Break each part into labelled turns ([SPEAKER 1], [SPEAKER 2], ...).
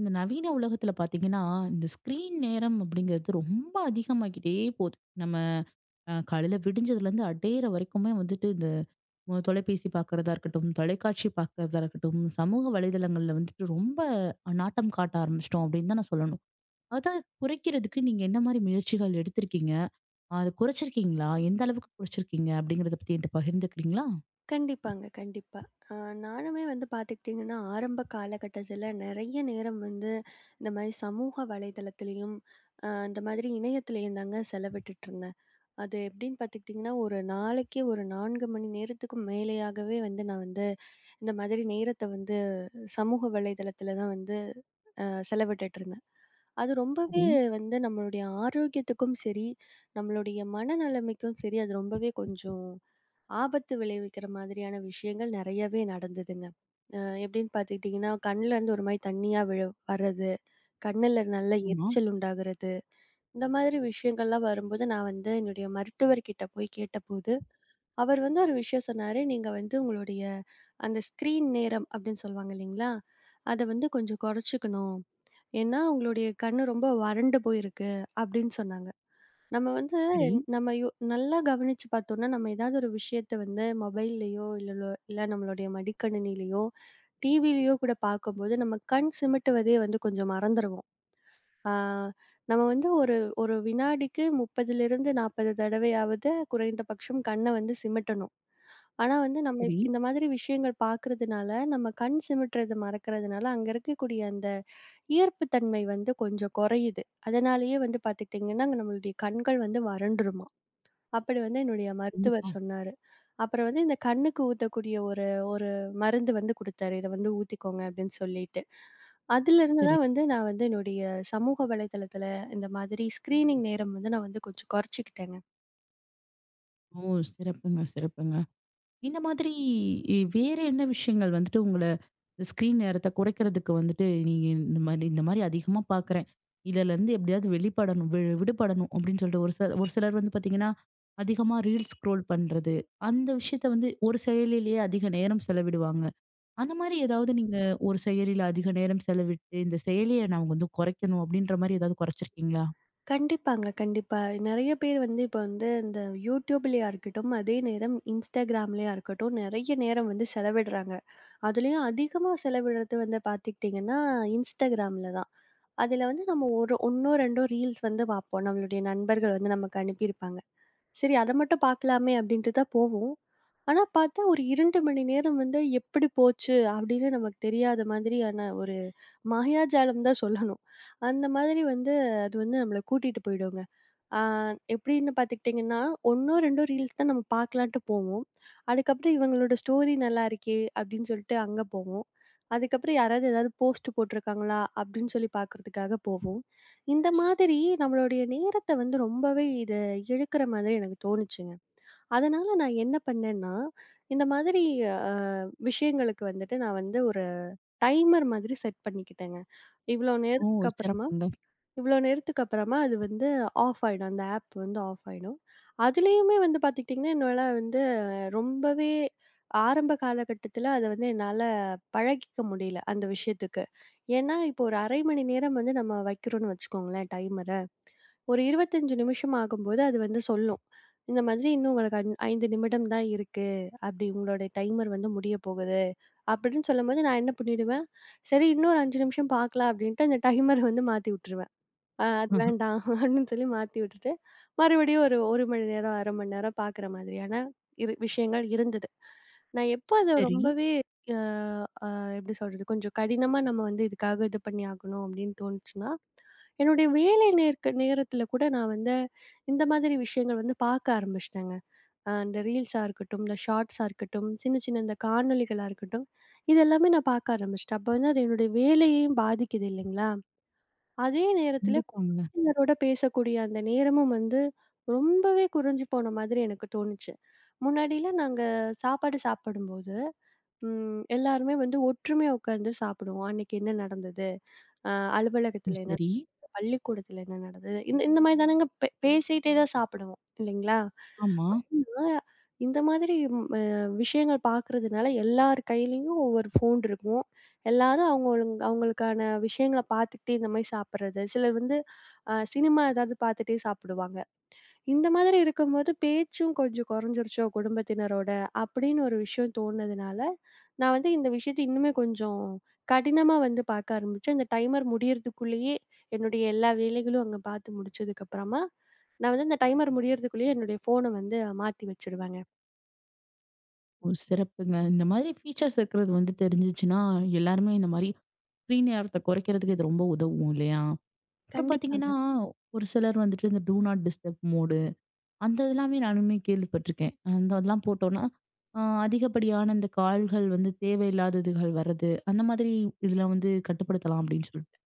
[SPEAKER 1] இந்த நவீன உலகத்துல பாத்தீங்கன்னா, இந்த ஸ்க்ரீன் நேரம் அப்படிங்கிறது ரொம்ப அதிகமாகிட்டே போது. நம்ம காலையில விடிஞ்சதுலேருந்து அடையிற வரைக்குமே வந்துட்டு, இந்த தொலைபேசி பாக்குறதா இருக்கட்டும், தொலைக்காட்சி பாக்குறதா இருக்கட்டும், சமூக வலைதளங்கள்ல வந்துட்டு ரொம்ப நாட்டம் காட்ட ஆரம்பிச்சிட்டோம் அப்படின்னு தான் நான் சொல்லணும். அத குறைக்கிறதுக்கு நீங்க என்ன மாரி முயற்சிகள் எடுத்திருக்கீங்க? அத குறைச்சிருக்கீங்களா? எந்த அளவுக்கு குறைச்சிருக்கீங்க? அப்படிங்கிறத பத்தி என்கிட்ட பகிர்ந்துக்கிறீங்களா?
[SPEAKER 2] கண்டிப்பாங்க, கண்டிப்பா. அ நானுமே வந்து பார்த்துக்கிட்டிங்கன்னா, ஆரம்ப காலகட்டத்தில நெறைய நேரம் வந்து இந்த மாரி சமூக வலைதளத்திலயும், இந்த மாதிரி இணையத்திலயும் தாங்க செலவிட்டுட்டுருந்தேன். அது எப்படின்னு பார்த்துக்கிட்டிங்கன்னா, ஒரு நாளைக்கே ஒரு 4 மணி நேரத்துக்கு மேலேயாகவே வந்து நான் வந்து இந்த மாதிரி நேரத்த வந்து சமூக வலைதளத்தில தான் வந்து அ செலவிட்டுட்டுருந்தேன். அது ரொம்பவே
[SPEAKER 1] சரி.
[SPEAKER 2] வந்து நம்மளுடைய ஆரோக்கியத்துக்கும் சரி, நம்மளுடைய மனநிலைமைக்கும் சரி, அது ரொம்பவே கொஞ்சம் ஆபத்து விளைவிக்கிற மாதிரியான விஷயங்கள் நெறையவே நடந்ததுங்க. அ எப்படின்னு பார்த்துக்கிட்டிங்கன்னா, கண்லேருந்து ஒரு மாரி தண்ணீயா விழ வர்றது, கண்ணுல நல்ல
[SPEAKER 1] ஆமா.
[SPEAKER 2] எரிச்சல் உண்டாகுறது, இந்த மாதிரி விஷயங்கள்லாம் வரும்போது நான் வந்து என்னுடைய மருத்துவர்கிட்ட போய் கேட்டபோது, அவர் வந்து ஒரு விஷயம் சொன்னாரு. "நீங்க வந்து உங்களுடைய அந்த ஸ்க்ரீன் நேரம்" அப்படின்னு சொல்லுவாங்க இல்லைங்களா? "அத வந்து கொஞ்சம் கொறைச்சுக்கணும். ஏன்னா, உங்களுடைய கண்ணு ரொம்ப வறண்டு போயிருக்கு" அப்படின்னு சொன்னாங்க. நம்ம வந்து
[SPEAKER 1] சரி,
[SPEAKER 2] நம்ம யோ நல்லா கவனிச்சு பார்த்தோம்னா, நம்ம ஏதாவது ஒரு விஷயத்த வந்து மொபைல்லயோ, இல்ல இல்ல நம்மளுடைய மடிக்கணினியிலயோ, டிவிலயோ கூட பார்க்கும்போது, நம்ம கண் சிமிட்டுவதே வந்து கொஞ்சம் மறந்துருவோம். ஆ நம்ம வந்து ஒரு ஒரு வினாடிக்கு 30லிருந்து 40 தடவையாவது குறைந்தபட்சம் கண்ண வந்து சிமிட்டணும். ஆனா வந்து நம்ம
[SPEAKER 1] சரி.
[SPEAKER 2] இந்த மாதிரி விஷயங்கள் பார்க்கறதுனால, நம்ம கண் சிமிட்டுறது மறக்கறதுனால, அங்க இருக்கக்கூடிய அந்த ஈர்ப்பு தன்மை வந்து கொஞ்சம் குறையுது. அதனாலேயே வந்து பார்த்துக்கிட்டிங்கன்னா, நம்மளுடைய கண்கள் வந்து வறண்டுரும். அப்படி வந்து என்னுடைய
[SPEAKER 1] கண்டிப்பா.
[SPEAKER 2] மருத்துவர் சொன்னாரு. அப்புறம் வந்து இந்த கண்ணுக்கு ஊத்தக்கூடிய ஒரு ஒரு மருந்து வந்து குடுத்தாரு. இத வந்து ஊத்திக்கோங்க அப்படின்னு சொல்லிட்டு. அதிலிருந்து
[SPEAKER 1] சரி.
[SPEAKER 2] தான் வந்து நான் வந்து என்னுடைய சமூக வலைதளத்தில இந்த மாதிரி ஸ்க்ரீனிங் நேரம் வந்து நான் வந்து கொஞ்சம் குறைச்சுக்கிட்டேங்க.
[SPEAKER 1] ஓ! சிறப்புங்க, சிறப்புங்க. இந்த மாதிரி வேற என்ன விஷயங்கள் வந்துட்டு உங்கள ஸ்க்ரீன் நேரத்த குறைக்கிறதுக்கு வந்துட்டு நீங்க இந்த மாரி அதிகமா பார்க்குறேன். இதுலருந்து எப்படியாவது வெளிப்படணும் விடுபடணும் அப்படின்னு சொல்லிட்டு ஒரு சிலர் வந்து பார்த்தீங்கன்னா, அதிகமா ரீல்ஸ் ஸ்க்ரோல் பண்றது. அந்த விஷயத்த வந்து ஒரு செயலிலேயே அதிக நேரம் செலவிடுவாங்க. அந்த மாரி ஏதாவது நீங்க ஒரு செயலில அதிக நேரம் செலவிட்டு, இந்த செயலிய நான் வந்து குறைக்கணும் அப்படின்ற மாரி ஏதாவது குறைச்சிருக்கீங்களா?
[SPEAKER 2] கண்டிப்பாங்க, கண்டிப்பா. நெறைய பேர் வந்து இப்ப வந்து இந்த YouTubeலயா இருக்கட்டும், அதே நேரம் Instagramலயா இருக்கட்டும், நெறைய நேரம் வந்து செலவிடுறாங்க. அதுலயும் அதிகமா செலவிடுறது வந்து பார்த்துக்கிட்டிங்கன்னா, Instagramல தான். அதுல வந்து நம்ம ஒரு 1ஓ 2ஓ ரீல்ஸ் வந்து பார்ப்போம். நம்மளுடைய நண்பர்கள் வந்து நமக்கு அனுப்பியிருப்பாங்க. சரி அத மட்டும் பார்க்கலாமே அப்படின்ட்டு தான் போவோம். ஆனா பார்த்தா, ஒரு 2 மணி நேரம் வந்து எப்படி போச்சு அப்படின்னு நமக்கு தெரியாத மாதிரியான ஒரு மஹியாஜாலம் தான் சொல்லணும். அந்த மாதிரி வந்து அது வந்து நம்மள கூட்டிட்டு போயிடுங்க. ஆ எப்படின்னு பார்த்துக்கிட்டிங்கன்னா, 1ஓ 2ஓ ரீல்ஸ் தான் நம்ம பார்க்கலான்ட்டு போவோம். அதுக்கப்புறம் இவங்களோட ஸ்டோரி நல்லா இருக்கே! அப்படின்னு சொல்லிட்டு அங்க போவோம். அதுக்கப்புறம் யாராவது ஏதாவது போஸ்ட் போட்டிருக்காங்களா? அப்படின்னு சொல்லி பார்க்கறதுக்காக போவோம். இந்த மாதிரி நம்மளுடைய நேரத்த வந்து ரொம்பவே இது இழுக்கிற மாதிரி எனக்கு தோணுச்சுங்க. அதனால நான் என்ன பண்ணேன்னா, இந்த மாதிரி அ விஷயங்களுக்கு வந்துட்டு நான் வந்து ஒரு டைமர் மாதிரி செட் பண்ணிக்கிட்டேங்க. இவ்ளோ
[SPEAKER 1] ஓ!
[SPEAKER 2] நேரத்துக்கு அப்புறமா
[SPEAKER 1] சிறப்புங்க.
[SPEAKER 2] இவ்ளோ நேரத்துக்கு அப்புறமா அது வந்து ஆஃப் ஆயிடும். அந்த ஆப் வந்து ஆஃப் ஆயிடும். அதுலயுமே வந்து பார்த்துக்கிட்டீங்கன்னா, என்னால வந்து ரொம்பவே ஆரம்ப காலகட்டத்தில அத வந்து என்னால பழகிக்க முடியல, அந்த விஷயத்துக்கு. ஏன்னா, இப்போ ஒரு 1/2 மணி நேரம் வந்து நம்ம வைக்கிறோம்னு வச்சுக்கோங்களேன் டைமர. ஒரு 25 நிமிஷம் ஆகும்போது அது வந்து சொல்லும். இந்த மாதிரி இன்னும் உங்களுக்கு 5 நிமிடம் தான் இருக்கு. அப்படி உங்களுடைய டைமர் வந்து முடியப் போகுது. அப்படின்னு சொல்லும்போது நான் என்ன பண்ணிடுவேன், சரி இன்னும் ஒரு 5 நிமிஷம் பார்க்கலாம் அப்படின்ட்டு அந்த டைமர் வந்து மாத்தி விட்டுருவேன். அது வேண்டாம் அப்படின்னு சொல்லி மாத்தி விட்டுட்டு, மறுபடியும் ஒரு 1 மணி நேரம், 1/2 மணி நேரம் பார்க்குற மாதிரியான இரு விஷயங்கள் இருந்தது. நான் எப்போ அத
[SPEAKER 1] சரி.
[SPEAKER 2] ரொம்பவே அ அ எப்படி சொல்றது? கொஞ்சம் கடினமா நம்ம வந்து இதுக்காக இது பண்ணி ஆகணும் அப்படின்னு தோணுச்சுன்னா, என்னுடைய வேலை நேர்க்க நேரத்தில கூட நான் வந்து இந்த மாதிரி விஷயங்கள் வந்து பார்க்க ஆரம்பிச்சுட்டேங்க. இந்த ரீல்ஸா இருக்கட்டும், இந்த ஷார்ட்ஸா இருக்கட்டும், சின்ன சின்ன இந்த காணொளிகளா இருக்கட்டும், இது எல்லாமே நான் பார்க்க ஆரம்பிச்சுட்டேன். அப்ப வந்து அது என்னுடைய வேலையையும் பாதிக்குது இல்லைங்களா? அதே நேரத்தில
[SPEAKER 1] கண்டிப்பாங்க.
[SPEAKER 2] குழந்தைகளோட பேசக்கூடிய அந்த நேரமும் வந்து ரொம்பவே குறைஞ்சு போன மாதிரி எனக்கு தோணுச்சு. முன்னாடிலாம் நாங்க சாப்பாடு சாப்பிடும்போது, எல்லாருமே வந்து ஒற்றுமையா உட்கார்ந்து சாப்பிடுவோம். அன்னைக்கு என்ன நடந்தது? அ
[SPEAKER 1] ம்,
[SPEAKER 2] அலுவலகத்தில என்ன
[SPEAKER 1] சரி.
[SPEAKER 2] நடந்தது? பள்ளிக்கூடத்தில என்ன நடந்தது? இந்த இந்த மாரி தானங்க பேசிட்டே தான் சாப்பிடுவோம் இல்லைங்களா?
[SPEAKER 1] ஆமா.
[SPEAKER 2] ஆனா, இந்த மாதிரி விஷயங்கள் பார்க்கறதுனால எல்லார் கையிலயும் ஒவ்வொரு ஃபோன் இருக்கும். எல்லாரும் அவங்களுக்கான விஷயங்கள பார்த்துக்கிட்டே இந்த மாரி சாப்பிடுறது. சிலர் வந்து சினிமா ஏதாவது பார்த்துட்டே சாப்பிடுவாங்க. இந்த மாதிரி இருக்கும்போது பேச்சும் கொஞ்சம் குறைஞ்சிருச்சோ குடும்பத்தினரோட அப்படின்னு ஒரு விஷயம் தோணுனதுனால நான் வந்து இந்த விஷயத்த இன்னுமே கொஞ்சம் கடினமா வந்து பார்க்க ஆரம்பிச்சேன். அந்த டைமர் முடியறதுக்குள்ளேயே என்னுடைய எல்லா வேலைகளும் அங்க பார்த்து முடிச்சதுக்கப்புறமா, நான் வந்து அந்த டைமர் முடியறதுக்குள்ளேயே என்னுடைய ஃபோன வந்து மாத்தி வச்சுடுவேங்க.
[SPEAKER 1] ஓ! சிறப்புங்க. இந்த மாதிரி ஃபீச்சர்ஸ் இருக்கிறது வந்து தெரிஞ்சுச்சுன்னா, எல்லாருமே இந்த மாரி ஃப்ரீ நேரத்த குறைக்கிறதுக்கு இது ரொம்ப உதவும் இல்லையா? அப்புறம்
[SPEAKER 2] கண்டிப்பாங்க.
[SPEAKER 1] பார்த்தீங்கன்னா, ஒரு சிலர் வந்துட்டு இந்த டூ நாட் டிஸ்டர்ப் மோடு அந்த இதெல்லாமே நானுமே கேள்விப்பட்டிருக்கேன். அந்த அதெல்லாம் போட்டோம்னா, அ அதிகப்படியான இந்த கால்கள் வந்து தேவையில்லாததுகள் வர்றது, அந்த மாதிரி இதெல்லாம் வந்து கட்டுப்படுத்தலாம் அப்படின்னு சொல்லிட்டு.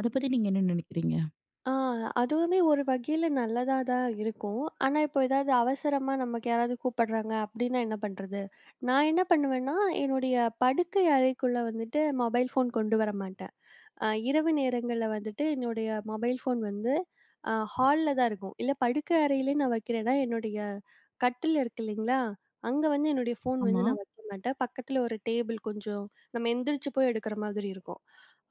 [SPEAKER 1] அத பத்தி நீங்க என்ன நினைக்கிறீங்க?
[SPEAKER 2] ஆ அதுவுமே ஒரு வகையில நல்லதா தான் இருக்கும். ஆனா, இப்போ ஏதாவது அவசரமா நமக்கு யாராவது கூப்பிடுறாங்க அப்படின்னா என்ன பண்றது? நான் என்ன பண்ணுவேன்னா, என்னுடைய படுக்கை அறைக்குள்ள வந்துட்டு மொபைல் ஃபோன் கொண்டு வர மாட்டேன். இரவு நேரங்கள்ல வந்துட்டு என்னுடைய மொபைல் ஃபோன் வந்து ஹால்ல தான் இருக்கும். இல்ல படுக்கை அறையிலே நான் வைக்கிறேன்னா, என்னுடைய கட்டில் இருக்கு இல்லைங்களா? அங்க வந்து என்னுடைய ஃபோன் வந்து
[SPEAKER 1] ஆமா.
[SPEAKER 2] நான் வைக்க மாட்டேன். பக்கத்துல ஒரு டேபிள் கொஞ்சம் நம்ம எந்திரிச்சு போய் எடுக்கிற மாதிரி இருக்கும்.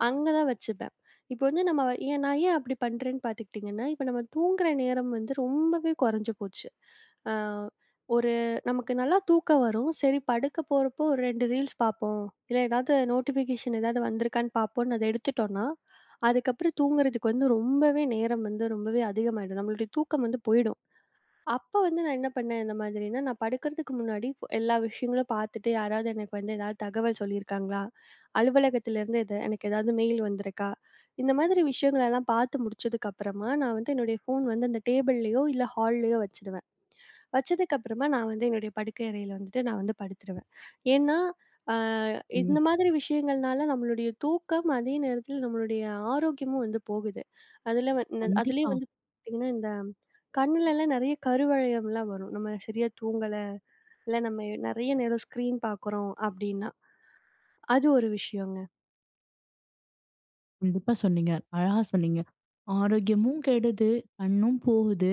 [SPEAKER 2] அங்க தான் வச்சுப்பேன். இப்போ வந்து நம்ம ஏன் அப்படி பண்றேன்னு பார்த்துக்கிட்டிங்கன்னா, இப்போ நம்ம தூங்குற நேரம் வந்து ரொம்பவே குறைஞ்சு போச்சு. அ ஒரு நமக்கு நல்லா தூக்கம் வரும். சரி படுக்க போறப்போ ஒரு 2 ரீல்ஸ் பார்ப்போம். இல்ல ஏதாவது நோட்டிஃபிகேஷன் ஏதாவது வந்திருக்கான்னு பார்ப்போம்னு அத எடுத்துட்டோம்னா, அதுக்கப்புறம் தூங்குறதுக்கு வந்து ரொம்பவே நேரம் வந்து ரொம்பவே அதிகமாயிடும். நம்மளுடைய தூக்கம் வந்து போயிடும். அப்ப வந்து நான் என்ன பண்ணேன் இந்த மாதிரின்னா, நான் படுக்கிறதுக்கு முன்னாடி எல்லா விஷயங்களும் பார்த்துட்டு யாராவது எனக்கு வந்து ஏதாவது தகவல் சொல்லியிருக்காங்களா? அலுவலகத்திலேருந்து எது எனக்கு ஏதாவது மெயில் வந்திருக்கா? இந்த மாதிரி விஷயங்களெல்லாம் பார்த்து முடிச்சதுக்கு அப்புறமா, நான் வந்து என்னுடைய ஃபோன் வந்து அந்த டேபிள்லயோ, இல்ல ஹால்லயோ வச்சிடுவேன். வச்சதுக்கு அப்புறமா நான் வந்து என்னுடைய படுக்கை அறையில வந்துட்டு நான் வந்து படுத்துருவேன். ஏன்னா, அ இந்த
[SPEAKER 1] ம்.
[SPEAKER 2] மாதிரி விஷயங்கள்னால நம்மளுடைய தூக்கம், அதே நேரத்தில நம்மளுடைய ஆரோக்கியமும் வந்து போகுது. அதுல வ அதுலயும்
[SPEAKER 1] கண்டிப்பா.
[SPEAKER 2] வந்து பார்த்தீங்கன்னா, இந்த கண்ணுலலாம் நெறைய கருவளையம்லாம் வரும். நம்ம சரியா தூங்கல, இல்ல நம்ம நெறைய நேரம் ஸ்க்ரீன் பார்க்குறோம் அப்டின்னா. அது ஒரு விஷயங்க.
[SPEAKER 1] கண்டிப்பா சொன்னீங்க. அழகா சொன்னீங்க. ஆரோக்கியமும் கெடுது, கண்ணும் போகுது.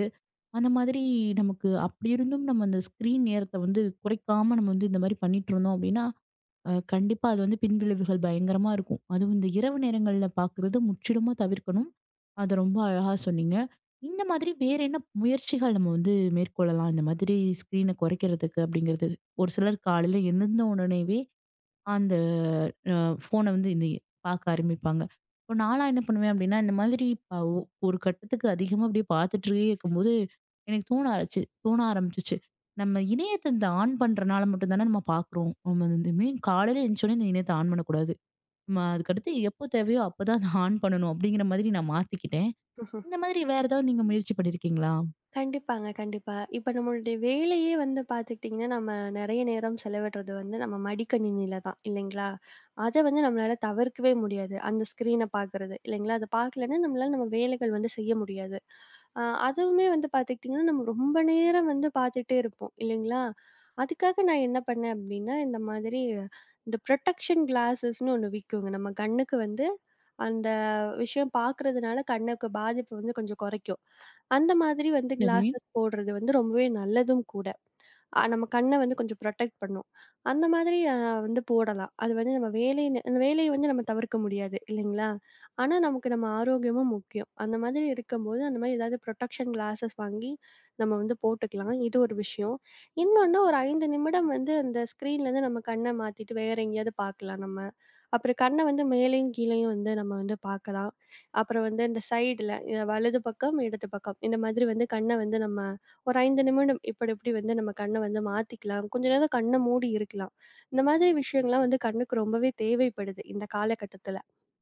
[SPEAKER 1] அந்த மாதிரி நமக்கு அப்படி இருந்தும் நம்ம அந்த ஸ்க்ரீன் நேரத்த வந்து குறைக்காம நம்ம வந்து இந்த மாதிரி பண்ணிட்டு இருந்தோம் அப்படின்னா, கண்டிப்பா அது வந்து பின்விளைவுகள் பயங்கரமா இருக்கும். அதுவும் இந்த இரவு நேரங்கள்ல பார்க்குறது முற்றிலுமா தவிர்க்கணும். அது ரொம்ப அழகா சொன்னீங்க. இந்த மாதிரி வேற என்ன முயற்சிகள் நம்ம வந்து மேற்கொள்ளலாம்? இந்த மாதிரி ஸ்க்ரீன குறைக்கிறதுக்கு அப்படிங்கிறது. ஒரு சிலர் காலையில எழுந்த உடனேவே அந்த அ ஃபோன வந்து இந்த பார்க்க ஆரம்பிப்பாங்க. இப்போ நான்லாம் என்ன பண்ணுவேன் அப்படின்னா, இந்த மாதிரி ப ஒ ஒரு கட்டத்துக்கு அதிகமா அப்படியே பார்த்துட்டே இருக்கும்போது, எனக்கு தோண ஆரம்பிச்சுச்சு. நம்ம இணையத்த இந்த ஆன் பண்றனால மட்டும் தானே நம்ம பார்க்குறோம். நம்ம வந்து இனிமே காலையில எந்திரிச்சோனே இந்த இணையத்த ஆன் பண்ணக்கூடாது. நம்ம அதுக்கடுத்து எப்போ தேவையோ அப்பதான் அத ஆன் பண்ணணும் அப்படிங்கிற மாதிரி நான் மாத்திக்கிட்டேன். இந்த மாதிரி வேற ஏதாவது நீங்க முயற்சி பண்ணியிருக்கீங்களா?
[SPEAKER 2] கண்டிப்பாங்க, கண்டிப்பா. இப்ப நம்மளுடைய வேலையே வந்து பார்த்துக்கிட்டிங்கன்னா, நம்ம நெறைய நேரம் செலவிடுறது வந்து நம்ம மடிக்கணினியில தான் இல்லைங்களா? அத வந்து நம்மளால தவிர்க்கவே முடியாது. அந்த ஸ்க்ரீன பார்க்குறது இல்லைங்களா? அத பார்க்கலன்னா நம்மளால நம்ம வேலைகள் வந்து செய்ய முடியாது. அ அதுவுமே வந்து பார்த்துக்கிட்டிங்கன்னா, நம்ம ரொம்ப நேரம் வந்து பார்த்துட்டே இருப்போம் இல்லைங்களா? அதுக்காக நான் என்ன பண்ணேன் அப்டின்னா, இந்த மாதிரி இந்த புரொடெக்ஷன் கிளாஸஸ்ன்னு ஒண்ணு விக்குங்க. நம்ம கண்ணுக்கு வந்து அந்த விஷயம் பார்க்குறதுனால கண்ணுக்கு பாதிப்பு வந்து கொஞ்சம் குறைக்கும். அந்த மாதிரி வந்து
[SPEAKER 1] சரி.
[SPEAKER 2] கிளாஸஸ் போடுறது வந்து ரொம்பவே நல்லதும் கூட. நம்ம கண்ண வந்து கொஞ்சம் புரொடெக்ட் பண்ணும். அந்த மாதிரி வந்து போடலாம். அது வந்து நம்ம வேலை நே அந்த வேலைய வந்து நம்ம தவிர்க்க முடியாது இல்லைங்களா? ஆனா, நமக்கு நம்ம ஆரோக்கியமும் முக்கியம். அந்த மாதிரி இருக்கும்போது, அந்த மாதிரி ஏதாவது புரொடெக்ஷன் கிளாஸஸ் வாங்கி நம்ம வந்து போட்டுக்கலாம். இது ஒரு விஷயம். இன்னொன்னு ஒரு 5 நிமிடம் வந்து அந்த ஸ்க்ரீன்லேருந்து நம்ம கண்ண மாத்திட்டு வேற எங்கேயாவது பார்க்கலாம் நம்ம. அப்புறம் கண்ண வந்து மேலேயும் கீழேயும் வந்து நம்ம வந்து பார்க்கலாம். அப்புறம் வந்து இந்த சைடுல வலது பக்கம், இடது பக்கம் இந்த மாதிரி வந்து கண்ண வந்து நம்ம ஒரு 5 நிமிடம் இப்படி இப்படி வந்து நம்ம கண்ண வந்து மாத்திக்கலாம். கொஞ்ச நேரம் கண்ண மூடி இருக்கலாம். இந்த மாதிரி விஷயங்கள்லாம் வந்து கண்ணுக்கு ரொம்பவே தேவைப்படுது இந்த காலகட்டத்தில.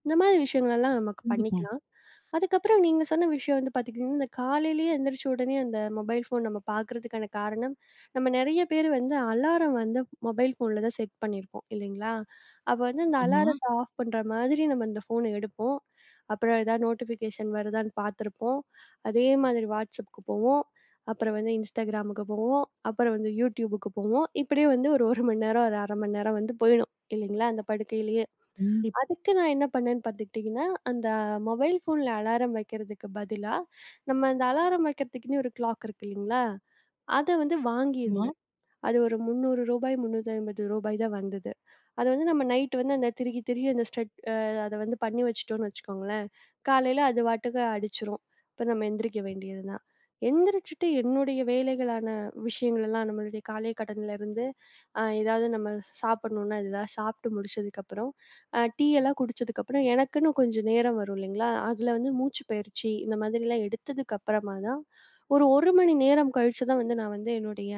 [SPEAKER 2] இந்த மாதிரி விஷயங்களெல்லாம் நமக்கு
[SPEAKER 1] கண்டிப்பா.
[SPEAKER 2] பண்ணிக்கலாம். அதுக்கப்புறம் நீங்க சொன்ன விஷயம் வந்து பார்த்துக்கிட்டிங்கன்னா, இந்த காலையிலேயே எந்திரிச்ச உடனே அந்த மொபைல் ஃபோன் நம்ம பார்க்குறதுக்கான காரணம், நம்ம நெறைய பேர் வந்து அலாரம் வந்து மொபைல் ஃபோன்ல தான் செட் பண்ணியிருப்போம் இல்லைங்களா? அப்போ வந்து அந்த
[SPEAKER 1] ஆமா.
[SPEAKER 2] அலாரத்த ஆஃப் பண்ற மாதிரி நம்ம இந்த ஃபோன எடுப்போம். அப்புறம் ஏதாவது நோட்டிஃபிகேஷன் வருதான்னு பார்த்துருப்போம். அதே மாதிரி வாட்ஸ்அப்க்கு போவோம். அப்புறம் வந்து இன்ஸ்டாகிராமுக்கு போவோம். அப்புறம் வந்து யூடியூபுக்கு போவோம். இப்படியே வந்து ஒரு 1 மணி நேரம், ஒரு 1/2 மணி நேரம் வந்து போயிடும் இல்லைங்களா? அந்த படுக்கையிலேயே
[SPEAKER 1] கண்டிப்பா.
[SPEAKER 2] அதுக்கு நான் என்ன பண்ணேன்னு பார்த்துக்கிட்டிங்கன்னா, அந்த மொபைல் ஃபோன்ல அலாரம் வைக்கிறதுக்கு பதிலா, நம்ம அந்த அலாரம் வைக்கிறதுக்குன்னே ஒரு கிளாக் இருக்கு இல்லைங்களா? அத வந்து
[SPEAKER 1] ஆமா.
[SPEAKER 2] வாங்கியிருந்தேன். அது ஒரு ரூ. 300 ரூ. 350 தான் வந்தது. அத வந்து நம்ம நைட் வந்து அந்த திருகி திருகி அந்த ஸ்டட் அ அத வந்து பண்ணி வச்சுட்டோம்னு வச்சுக்கோங்களேன், காலையில அது பாட்டுக்கு அடிச்சுரும். அப்ப நம்ம எந்திரிக்க வேண்டியது தான். எந்திரிச்சுட்டு என்னுடைய வேலைகளான விஷயங்கள் எல்லாம் நம்மளுடைய காலை கடன்லருந்து ஏதாவது நம்ம சாப்பிடணும்னா, இதெல்லாம் சாப்பிட்டு முடிச்சதுக்கப்புறம், டீ எல்லாம் குடிச்சதுக்கப்புறம் எனக்குன்னு கொஞ்சம் நேரம் வரும் இல்லைங்களா? அதுல வந்து மூச்சு பயிற்சி இந்த மாதிரிலாம் எடுத்ததுக்கு அப்புறமா தான், ஒரு 1 மணி நேரம் கழிச்சு தான் வந்து நான் வந்து என்னுடைய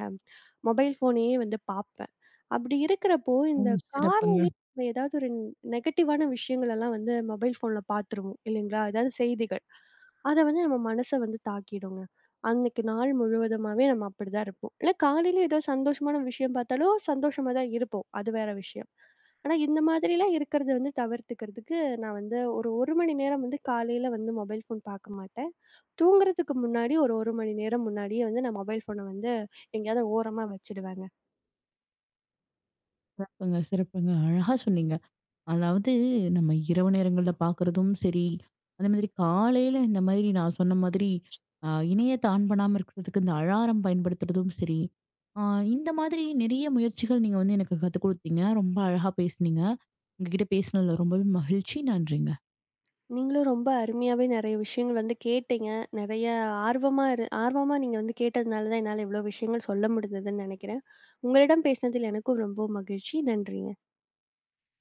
[SPEAKER 2] மொபைல் ஃபோனையே வந்து பார்ப்பேன். அப்படி இருக்கிறப்போ,
[SPEAKER 1] ஓ!
[SPEAKER 2] இந்த
[SPEAKER 1] சிறப்புங்க,
[SPEAKER 2] காலையிலே நம்ம ஏதாவது ஒரு நெகட்டிவான விஷயங்களெல்லாம் வந்து மொபைல் ஃபோன்ல பார்த்துருவோம் இல்லைங்களா? ஏதாவது செய்திகள். அத வந்து நம்ம மனச வந்து தாக்கிடுங்க. அன்னைக்கு நாள் முழுவதுமாவே நம்ம அப்படிதான் இருப்போம். இல்ல காலையில ஏதோ சந்தோஷமான விஷயம் பார்த்தாலும் சந்தோஷமா தான் இருப்போம். அது வேற விஷயம். ஆனா, இந்த மாதிரிலாம் இருக்கிறத வந்து தவிர்த்துக்கிறதுக்கு நான் வந்து ஒரு 1 மணி நேரம் வந்து காலையில வந்து மொபைல் ஃபோன் பார்க்க மாட்டேன். தூங்குறதுக்கு முன்னாடி ஒரு 1 மணி நேரம் முன்னாடியே வந்து நான் மொபைல் ஃபோன வந்து எங்கேயாவது ஓரமா வச்சுடுவேங்க.
[SPEAKER 1] சிறப்புங்க, சிறப்புங்க. அழகா சொன்னீங்க. அதாவது நம்ம இரவு நேரங்கள்ல பார்க்குறதும் சரி, அதே மாதிரி காலையில இந்த மாதிரி நான் சொன்ன மாதிரி இணைய ஆன் பண்ணாம இருக்கிறதுக்கு இந்த அலாரம் பயன்படுத்துறதும் சரி, அ இந்த மாதிரி நிறைய முயற்சிகள் நீங்க வந்து எனக்கு கத்துக் குடுத்தீங்க. ரொம்ப அழகா பேசுனீங்க. உங்ககிட்ட பேசினதுல ரொம்பவே மகிழ்ச்சி. நன்றிங்க.
[SPEAKER 2] நீங்களும் ரொம்ப அருமையாவே நெறைய விஷயங்கள் வந்து கேட்டீங்க. நெறைய ஆர்வமா நீங்க வந்து கேட்டதுனால தான் என்னால இவ்ளோ விஷயங்கள் சொல்ல முடிந்ததுன்னு நெனைக்கிறேன். உங்களிடம் பேசினதில் எனக்கும் ரொம்ப மகிழ்ச்சி. நன்றிங்க.